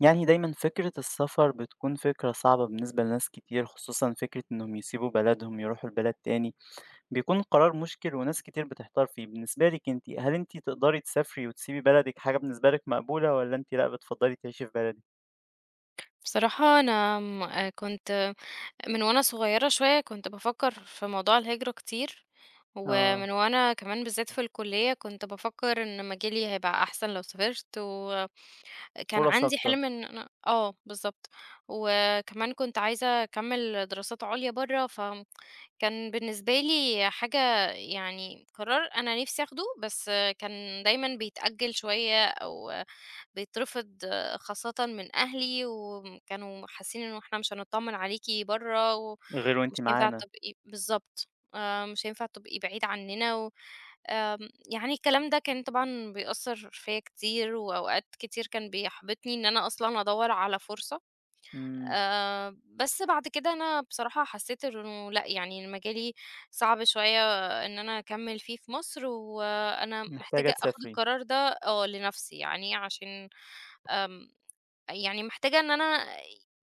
يعني دايما فكرة السفر بتكون فكرة صعبة بالنسبة لناس كتير، خصوصا فكرة انهم يسيبوا بلدهم يروحوا لبلد تاني. بيكون قرار مشكل وناس كتير بتحتار فيه. بالنسبة لك انتي، هل انتي تقدري تسافري وتسيبي بلدك، حاجة بالنسبة لك مقبولة، ولا انتي لا بتفضلي تعيشي في بلدك؟ بصراحة أنا كنت من وأنا صغيرة شوية كنت بفكر في موضوع الهجرة كتير. اه. ومن وأنا كمان بالذات في الكلية كنت بفكر إن مجالي هيبقى أحسن لو سافرت. كان فرص عندي اكتر. حلم إن أنا بالضبط، وكمان كنت عايزة أكمّل دراسات عُليا برّه، فكان بالنسبة لي حاجة يعني قرار أنا نِفْسي آخده، بس كان دايمًا بيتأجّل شوية أو بيترفض خاصةً من أهلي، وكانوا حاسّين إنه إحنا مش هنطّمن عليكِ برّه، غير ومش وانتي هينفع معانا. تبقي بالضبط، مش هينفع تبقي بعيدة عنّنا و يعني الكلام ده كان طبعًا بيأثّر فيّا كتير، وأوقات كتير كان بيحبطني إن أنا أصلًا أدوّر على فرصة. مم. بس بعد كده أنا بصراحة حسّيت إنه لأ، يعني مجالي صعب شوية إن أنا أكمّل فيه في مصر، وأنا محتاجة محتاجة آخُد تسافري. القرار ده لنَفْسي يعني عشان آمم، يعني محتاجة إن أنا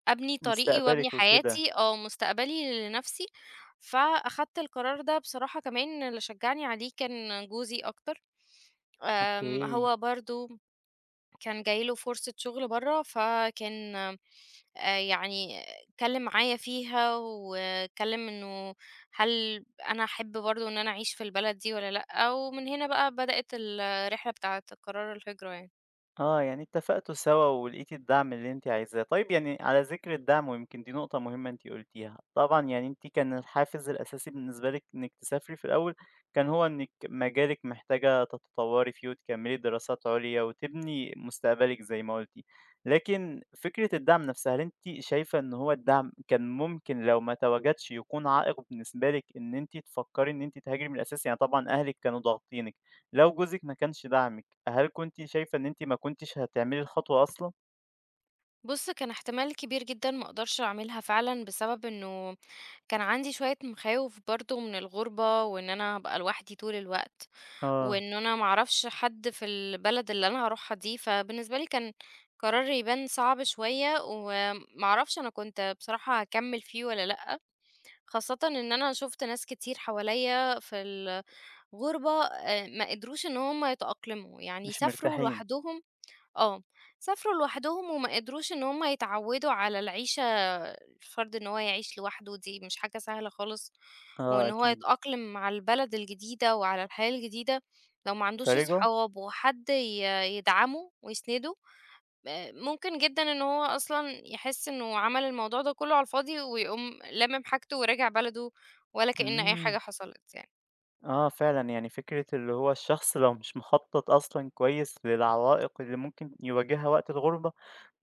أبني طريقي وأبني مستقبلك وكده. حياتي مستقبلي لنفسي. فأخدت القرار ده بصراحة كمان اللي شجّعني عليه كان جوزي أكتر. اوكي. هو برضه كان جاي له فرصة شغل برّه، فكان آآ، يعني اتكلّم معايا فيها واتكلّم إنه هل أنا أحب برضه إن أنا أعيش في البلد دي والّا لأ، ومن هنا بقى بدأت الرحلة بتاعة قرار الهجرة يعني. آه، يعني اتفقتوا سوا ولقيتِ الدعم اللي أنتِ عايزاه. طيب، يعني على ذكر الدعم ويمكن دي نقطة مهمة أنتِ قُلتيها، طبعًا يعني أنتِ كان الحافز الأساسي بالنسبة لِك إنِّك تسافري في الأول، كان هو إنِّك مجالِك محتاجة تتطوّري فيه وتكمّلي دراسات عُليا وتبني مستقبلِك زي ما قُلتِ. لكن فكرة الدعم نفسها، هل أنتِ شايفة إن هو الدعم كان ممكن لو ما تواجدش يكون عائق بالنسبة لِك إن أنتِ تفكّري إن أنتِ تهاجري من الأساس؟ يعني طبعًا أهلِك كانوا ضاغطينِك، لو جوزِك ما كانش داعمِك، هل كنتِ شايفة إن أنتِ ما كنتيش هتعملي الخطوة أصلًا؟ بُص، كان احتمال كبير جدًا ما أقدرش أعملها فعلًا، بسبب إنه كان عندي شوية مخاوف برضه من الغُربة، وإن أنا هابقى لوحدي طول الوقت، آه، وإن أنا ما أعرفش حد في البلد اللي أنا هاروحها دي، فبالنسبة لي كان قرار يبان صعب شوية، وما أعرفش أنا كنت بصراحة هاكمّل فيه والّا لأ، خاصةً إن أنا شُفت ناس كتير حواليّا في الغُربة ما قدروش إن هُم يتأقلموا، يعني مش سافروا مرتاحين. لوحدهم آه، سافروا لوحدهم وما قدروش إن هم يتعودوا على العيشة الفرد إن هو يعيش لوحده دي مش حاجة سهلة خالص، وإن آه هو أكيد. يتأقلم مع البلد الجديدة وعلى الحياة الجديدة لو ما عندوش فرجعوا؟ صحاب وحد يدعمه ويسنده. ممكن جدًا إن هو أصلًا يحس إنه عمل الموضوع ده كله على الفاضي ويقوم لامم حاجته وراجع بلده ولا كأن أي إمم. حاجة حصلت يعني. آه فعلًا، يعني فكرة اللي هو الشخص لو مش مخطط أصلًا كويس للعوائق اللي ممكن يواجهها وقت الغربة،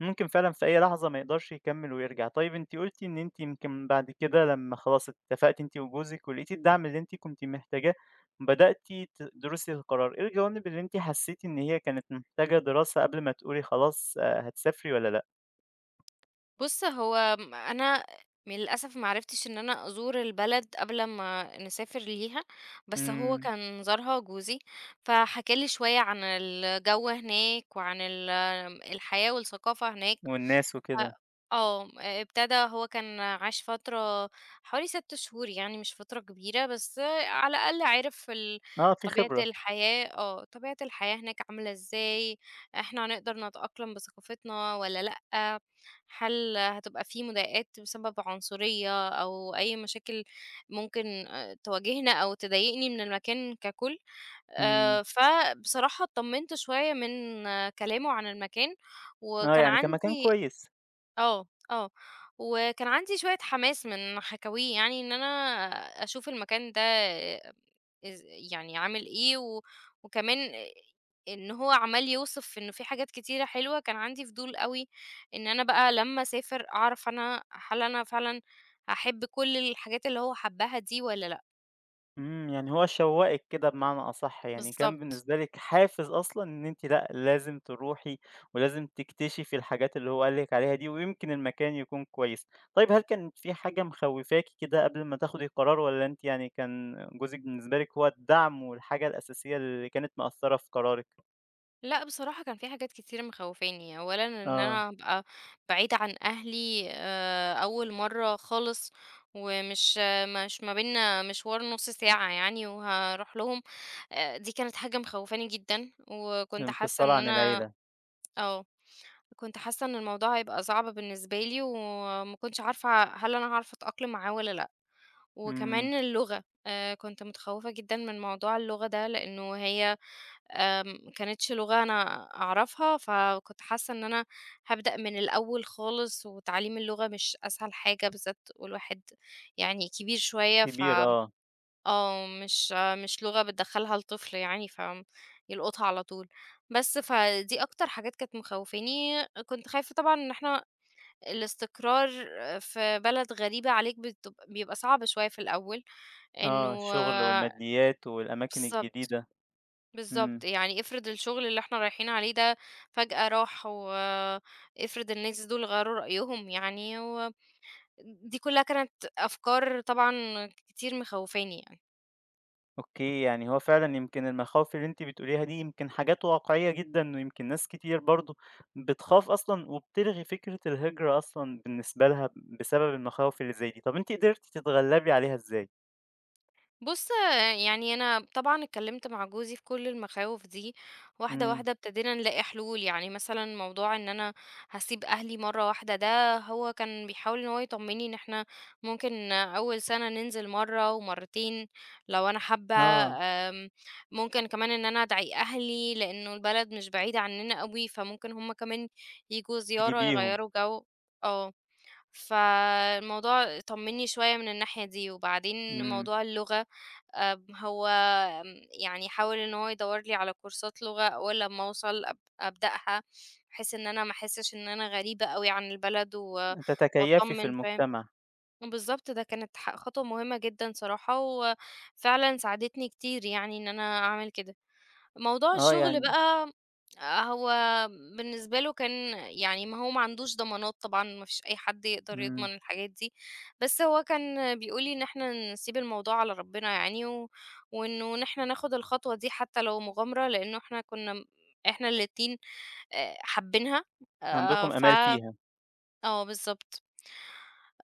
ممكن فعلًا في أي لحظة ما يقدرش يكمّل ويرجع. طيب، أنتِ قُلتِ إن أنتِ يمكن بعد كده لمّا خلاص اتفقتِ أنتِ وجوزِك ولقيتِ الدعم اللي أنتِ كنتِ محتاجاه، بدأتِ تدرسي القرار. إيه الجوانب اللي أنتِ حسيتِ إن هي كانت محتاجة دراسة قبل ما تقولي خلاص هتسافري والّا لأ؟ بُص، هو أنا من للأسف ما عرفتش إن أنا أزور البلد قبل ما نسافر ليها، بس هو إمم، كان زارها جوزي، فحكى لي شوية عن الجو هناك وعن الحياة والثقافة هناك. والناس أ وكده. آه، ابتدى هو كان عاش فترة حوالي 6 شهور يعني مش فترة كبيرة، بس على الأقل عرف آه، في طبيعة خبرة. الحياة طبيعة الحياة هناك عاملة إزاي، إحنا هنقدر نتأقلم بثقافتنا والّا لأ، هل هتبقى في مضايقات بسبب عنصرية أو أي مشاكل ممكن تواجهنا أو تضايقني من المكان ككل. إمم، فبصراحة اتطمنت شوية من كلامه عن المكان، آه، وكان يعني كان مكان عندي كويس. آه، آه، وكان عندي شوية حماس من حكاويه يعني إن أنا أشوف المكان ده إز يعني عامل إيه، وكمان إن هو عمّال يوصف إنه في حاجات كتيرة حلوة، كان عندي فضول أوي إن أنا بقى لمّا أسافر أعرف أنا هل أنا فعلًا هاحب كل الحاجات اللي هو حبّها دي والّا لأ؟ إمم، يعني هو شوّقِك كده بمعنى أصح، يعني كان بالضبط. بالنسبة لِك حافز أصلًا إن أنتِ لأ، لازم تروحي ولازم تكتشفي الحاجات اللي هو قال لِك عليها دي، ويمكن المكان يكون كويس. طيب، هل كانت في حاجة مخوّفاكِ كده قبل ما تاخدي القرار والّا أنتِ يعني كان جوزِك بالنسبة لِك هو الدعم والحاجة الأساسية اللي كانت مأثّرة في قرارِك؟ لأ، بصراحة كان في حاجات كتير مخوّفاني، أولًا إن آه، أنا أبقى بعيدة عن أهلي أول مرّة خالص، ومش آه، مش ما بيننا مشوار نُص ساعة يعني وهاروح لهم. دي كانت حاجة مخوّفاني جدًا، وكنت حاسة الانفصال إن عن أنا العيلة. آه، كنت حاسة إن الموضوع هيبقى صعب بالنسبة لي، وما كنتش عارفة هل أنا هاعرف أتأقلم معاه والّا لأ. إمم. وكمان اللغة، كنت متخوّفة جدًا من موضوع اللغة ده، لإنه هي ما كانتش لغة أنا أعرفها، فكنت حاسة إن أنا هابدأ من الأول خالص، وتعليم اللغة مش أسهل حاجة، بالذات والواحد يعني كبير شوية، ف كبير آه. آه، مش مش لغة بتدخّلها الطفل يعني، فيلقطها على طول. بس فدي أكتر حاجات كانت مخوّفاني، كنت خايفة طبعًا إن إحنا الاستقرار في بلد غريبة عليك بيبقى صعب شوية في الأول، آه، إنه الشغل والماديات والأماكن بالضبط. الجديدة. بالضبط، إمم. يعني افرض الشغل اللي إحنا رايحين عليه ده فجأة راح، وافرض الناس دول غيّروا رأيهم يعني، ودي كلّها كانت أفكار طبعًا كتير مخوّفاني يعني. أوكي، يعني هو فعلًا يمكن المخاوف اللي أنتِ بتقوليها دي يمكن حاجات واقعية جدًا، ويمكن ناس كتير برضه بتخاف أصلًا وبتلغي فكرة الهجرة أصلًا بالنسبة لها بسبب المخاوف اللي زي دي. طب أنتِ قدرتِ تتغلبي عليها إزاي؟ بُص، يعني أنا طبعًا اتكلّمت مع جوزي في كل المخاوف دي، واحدة، إمم. واحدة ابتدينا نلاقي حلول، يعني مثلًا موضوع إن أنا هاسيب أهلي مرّة واحدة ده هو كان بيحاول إن هو يطمّني إن إحنا ممكن أول سَنة ننزل مرّة ومرّتين لو أنا حابة. آه، ممكن كمان إن أنا أدعي أهلي لإنه البلد مش بعيدة عنّنا أوي، فممكن هم كمان ييجوا زيارة تجيبيهم. يغيّروا جو. آه. فالموضوع طمنّي شوية من الناحية دي، وبعدين إمم، موضوع اللغة هو يعني حاول إن هو يدوّر لي على كورسات لغة أول لمّا أوصل أبدأها، بحيث إن أنا ما أحسّش إن أنا غريبة أوي عن البلد تتكيفي في وأتطمن فاهم؟ المجتمع. بالضبط، ده كانت خطوة مهمة جدًا صراحة، وفعلًا ساعدتني كتير يعني إن أنا أعمل كده. موضوع آه الشغل يعني بقى هو بالنسبة له كان يعني ما هو ما عندوش ضمانات طبعًا ما فيش أي حد يقدر إمم. يضمن الحاجات دي، بس هو كان بيقول لي إن إحنا نسيب الموضوع على ربنا يعني وإنه إن إحنا ناخد الخطوة دي حتى لو مغامرة لإنه إحنا كنا م إحنا الاتنين حابينها عندكم ف آمال فيها. آه بالضبط.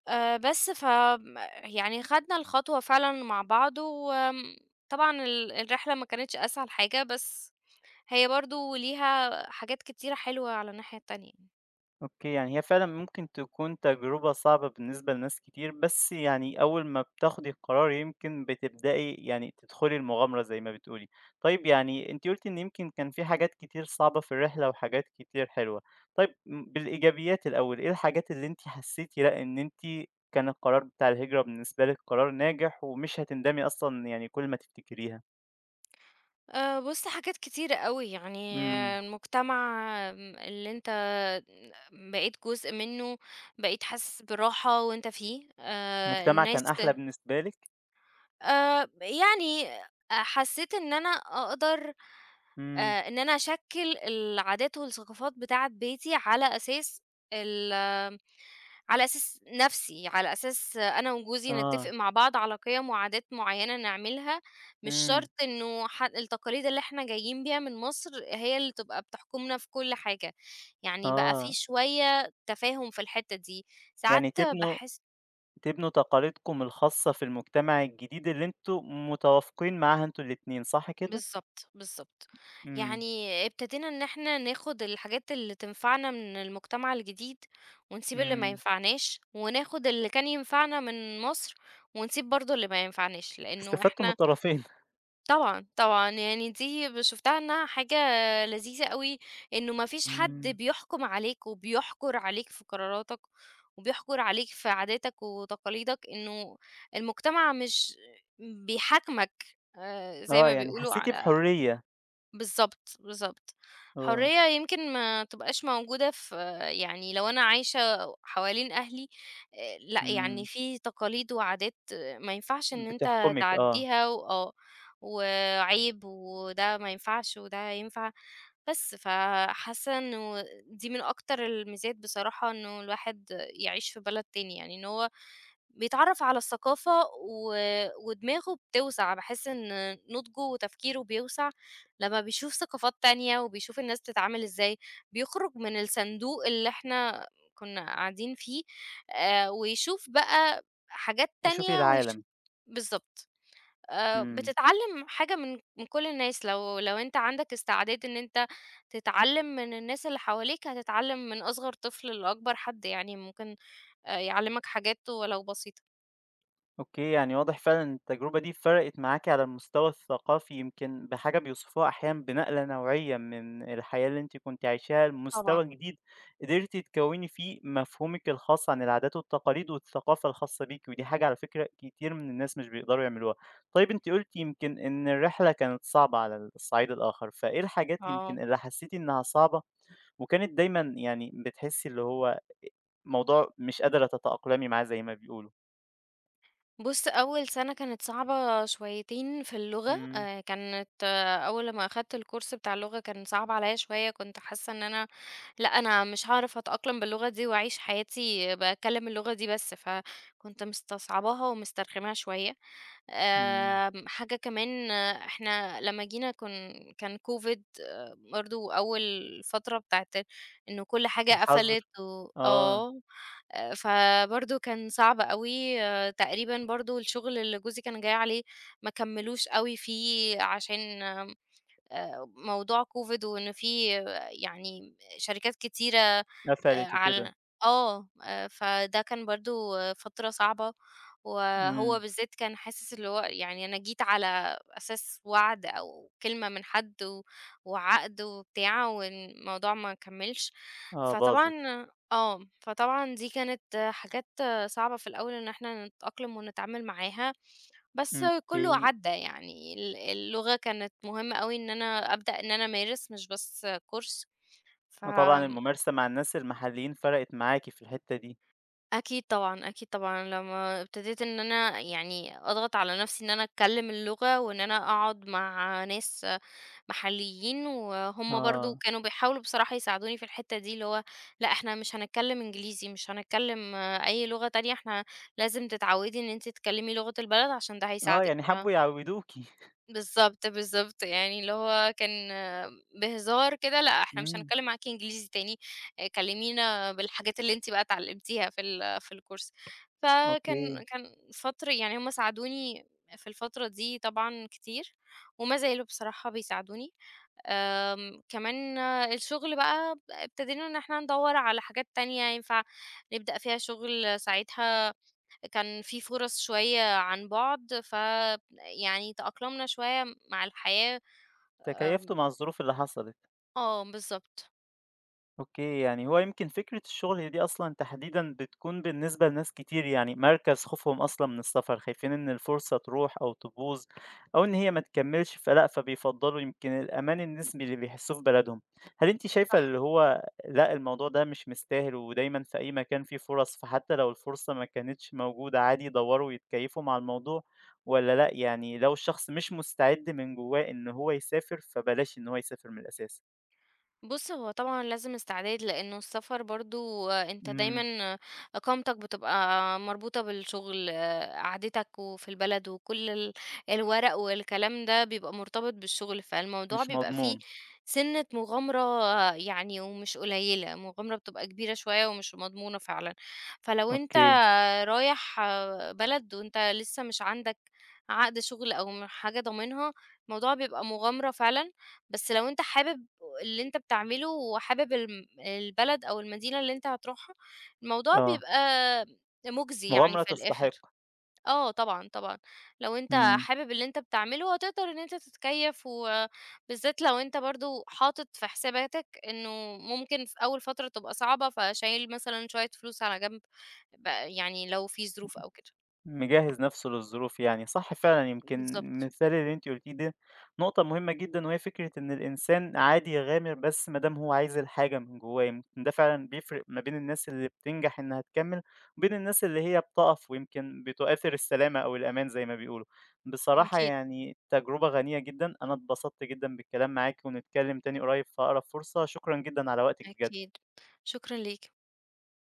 بس ف م يعني خدنا الخطوة فعلًا مع بعض وآمم طبعًا الرحلة ما كانتش أسهل حاجة بس هي برضه ليها حاجات كتيرة حلوة على الناحية التانية. أوكي، يعني هي فعلًا ممكن تكون تجربة صعبة بالنسبة لناس كتير، بس يعني أول ما بتاخدي القرار يمكن بتبدئي يعني تدخلي المغامرة زي ما بتقولي. طيب، يعني أنتِ قُلتِ إن يمكن كان في حاجات كتير صعبة في الرحلة وحاجات كتير حلوة. طيب بالإيجابيات الأول، إيه الحاجات اللي أنتِ حسيتِ لأ، إن أنتِ كان القرار بتاع الهجرة بالنسبة لِك قرار ناجح ومش هتندمي أصلًا يعني كل ما تفتكريها؟ بُص حاجات كتيرة أوي، يعني إمم. المجتمع اللي أنت بقيت جزء منّه، بقيت حاسس براحة وأنت فيه. المجتمع الناس كان أحلى بالنسبة لِك؟ يعني حسّيت إن أنا أقدر إمم. إن أنا أشكِّل العادات والثقافات بتاعة بيتي على أساس ال على أساس نَفْسي، على أساس أنا وجوزي نتّفق آه. مع بعض على قِيَم وعادات معيّنة نعملها، مش إمم. شرط إنه التقاليد اللي إحنا جايين بيها من مصر هي اللي تبقى بتحكُمنا في كل حاجة، يعني بقى في آه، شوية تفاهم في الحتّة دي، ساعات يعني تبنوا باحس تبنوا تقاليدكم الخاصة في المجتمع الجديد اللي أنتم متوافقين معاها أنتم الاتنين، صح كده؟ بالضبط، بالضبط. إمم. يعني ابتدينا إن إحنا ناخُد الحاجات اللي تنفعنا من المجتمع الجديد ونسيب اللي ما إمم، ينفعناش، وناخُد اللي كان ينفعنا من مصر ونسيب برضه اللي ما ينفعناش، لإنه استفدتوا من إحنا الطرفين. طبعًا، طبعًا. يعني دي شُفتها إنها حاجة لذيذة أوي، إنه ما فيش حد إمم. بيحكُم عليك وبيحكُر عليك في قراراتك وبيحكُر عليك في عاداتك وتقاليدك، إنه المجتمع مش بيحاكمك زي آه، ما يعني بيقولوا حسيتِ على بحرية. بالضبط، بالضبط. آه. حرية يمكن ما تبقاش موجودة في يعني لو أنا عايشة حوالين أهلي لأ، يعني إمم، في تقاليد وعادات ما ينفعش إن أنت بتحكمِك آه. تعدّيها و آه، وعيب وده ما ينفعش وده ينفع بس، فحاسة إنه دي من أكتر الميزات بصراحة إنه الواحد يعيش في بلد تاني، يعني إن هو بيتعرّف على الثقافة ودماغه بتوسع، باحس إن نُضجه وتفكيره بيوسع لمّا بيشوف ثقافات تانية وبيشوف الناس بتتعامل إزاي، بيخرج من الصندوق اللي إحنا كنا قاعدين فيه ويشوف بقى حاجات تشوفي تانية العالم. ويشوف بالضبط. إمم. بتتعلّم حاجة من كل الناس، لو أنت عندك استعداد إن أنت تتعلّم من الناس اللي حواليك، هتتعلّم من أصغر طفل لأكبر حد، يعني ممكن يعلّمك حاجات ولو بسيطة. أوكي، يعني واضح فعلًا إن التجربة دي فرقِت معاكِ على المستوى الثقافي يمكن بحاجة بيوصفوها أحيانًا بنقلة نوعية من الحياة اللي أنتِ كنتِ عايشاها طبعًا، لمستوى جديد، قدرتِ تكوّني فيه مفهومِك الخاص عن العادات والتقاليد والثقافة الخاصة بيكِ، ودي حاجة على فكرة كتير من الناس مش بيقدروا يعملوها. طيب، أنتِ قُلتِ يمكن إن الرحلة كانت صعبة على الصعيد الآخر، فإيه الحاجات آه. يمكن اللي حسيتِ إنها صعبة وكانت دايمًا يعني بتحسي اللي هو موضوع مش قادرة تتأقلمي معاه زي ما بيقولوا؟ بُص، أول سَنة كانت صعبة شويتين في اللغة. إمم. كانت آه، أول لمّا أخدت الcourse بتاع اللغة كان صعب عليّا شوية، كنت حاسة إن أنا لأ، أنا مش هاعرف أتأقلم باللغة دي وأعيش حياتي باتكلم اللغة دي بس، فكنت مستصعباها ومسترخماها شوية. إمم. حاجة كمان إحنا لمّا جينا كان COVID برضه أول فترة بتاعة إنه كل حاجة الحظر؟ قفلت و آه، آه. فبرضه كان صعب أوي تقريبًا برضه الشغل اللي جوزي كان جاي عليه ما كمّلوش أوي فيه عشان موضوع COVID وإن في يعني شركات كتيرة قفلت وكده. على آه، فده كان برضه فترة صعبة، وهو إمم. بالذات كان حاسس اللي هو يعني أنا جيت على أساس وعد أو كلمة من حد وعقد وبتاع والموضوع ما كمّلش. آه فطبعًا باظت. فطبعًا دي كانت حاجات صعبة في الأول إن إحنا نتأقلم ونتعامل معاها. بس إمم. كلّه أوكي. عدّى يعني اللغة كانت مهمة أوي إن أنا أبدأ إن أنا أمارس مش بس كورس. وطبعًا فآمم الممارسة مع الناس المحليين فرقت معاكِ في الحتة دي. أكيد طبعًا، أكيد طبعًا لمّا ابتديت إن أنا يعني أضغط على نَفْسي إن أنا أتكلّم اللغة وإن أنا أقعد مع ناس محليين وهُم برضه آه. كانوا بيحاولوا بصراحة يساعدوني في الحتّة دي، اللي هو لأ إحنا مش هنتكلّم إنجليزي، مش هنتكلّم أي لغة تانية، إحنا لازم تتعوّدي إن أنتِ تتكلّمي لغة البلد عشان ده آه هيساعدِك يعني حبوا يعودوكِ. بالضبط، بالضبط، يعني اللي هو كان بهزار كده، لأ إحنا مش إمم. هنتكلّم معاكِ إنجليزي تاني. كلّمينا بالحاجات اللي أنتِ بقى اتعلّمتيها في ال في الكورس. فكان أوكي، كان فتر يعني هم ساعدوني في الفترة دي طبعًا كتير، وما زالوا بصراحة بيساعدوني. كمان الشغل بقى ابتدينا إن إحنا ندوّر على حاجات تانية ينفع نبدأ فيها شغل ساعتها كان في فرص شوية عن بُعد، يعني تأقلمنا شوية مع الحياة تكيفتوا آمم، مع الظروف اللي حصلت. آه بالضبط، أوكي، يعني هو يمكن فكرة الشغل دي أصلًا تحديدًا بتكون بالنسبة لناس كتير يعني مركز خوفهم أصلًا من السفر، خايفين إن الفرصة تروح أو تبوظ أو إن هي ما تكمّلش، فلأ، فبيفضّلوا يمكن الأمان النسبي اللي بيحسّوه في بلدهم. هل أنتِ شايفة صح. اللي هو لأ، الموضوع ده مش مستاهل ودايمًا في أي مكان فيه فرص، فحتى لو الفرصة ما كانتش موجودة عادي يدوّروا ويتكيّفوا مع الموضوع والّا لأ، يعني لو الشخص مش مستعد من جوّاه إن هو يسافر، فبلاش إن هو يسافر من الأساس؟ بُص، هو طبعًا لازم استعداد، لإنه السفر برضه أنت إمم. دايمًا إقامتك بتبقى مربوطة بالشغل، قعدتك وفي البلد وكل الورق والكلام ده بيبقى مرتبط بالشغل، فالموضوع مش بيبقى فيه مضمون. سِنّة مغامرة يعني ومش قليلة، مغامرة بتبقى كبيرة شوية ومش مضمونة فعلًا. فلو أنت أوكي. رايح بلد وأنت لسه مش عندك عقد شغل أو حاجة ضامنها، الموضوع بيبقى مغامرة فعلًا، بس لو أنت حابب اللي أنت بتعمله وحابب البلد أو المدينة اللي أنت هتروحها، الموضوع آه. بيبقى مُجزي يعني مغامرة في الآخر. تستحق. آه طبعًا، طبعًا. لو أنت إمم. حابب اللي أنت بتعمله هتقدر إن أنت تتكيّف، وبالذات لو أنت برضه حاطط في حساباتك إنه ممكن في أول فترة تبقى صعبة، فشايل مثلًا شوية فلوس على جنب يعني لو في ظروف أو كده. مجهّز نَفْسه للظروف يعني، صح فعلًا يمكن بالضبط، المثال اللي أنتِ قُلتيه ده نقطة مهمة جدًا، وهي فكرة إن الإنسان عادي يغامر بس ما دام هو عايز الحاجة من جوّاه، يمكن ده فعلًا بيفرق ما بين الناس اللي بتنجح إنها تكمّل، وبين الناس اللي هي بتقف ويمكن بتؤثر السلامة أو الأمان زي ما بيقولوا. بصراحة أكيد، يعني تجربة غنية جدًا، أنا اتبسطت جدًا بالكلام معاكِ، ونتكلّم تاني قريب في أقرب فرصة، شكرًا جدًا على وقتِك بجد. أكيد. شكرًا ليك.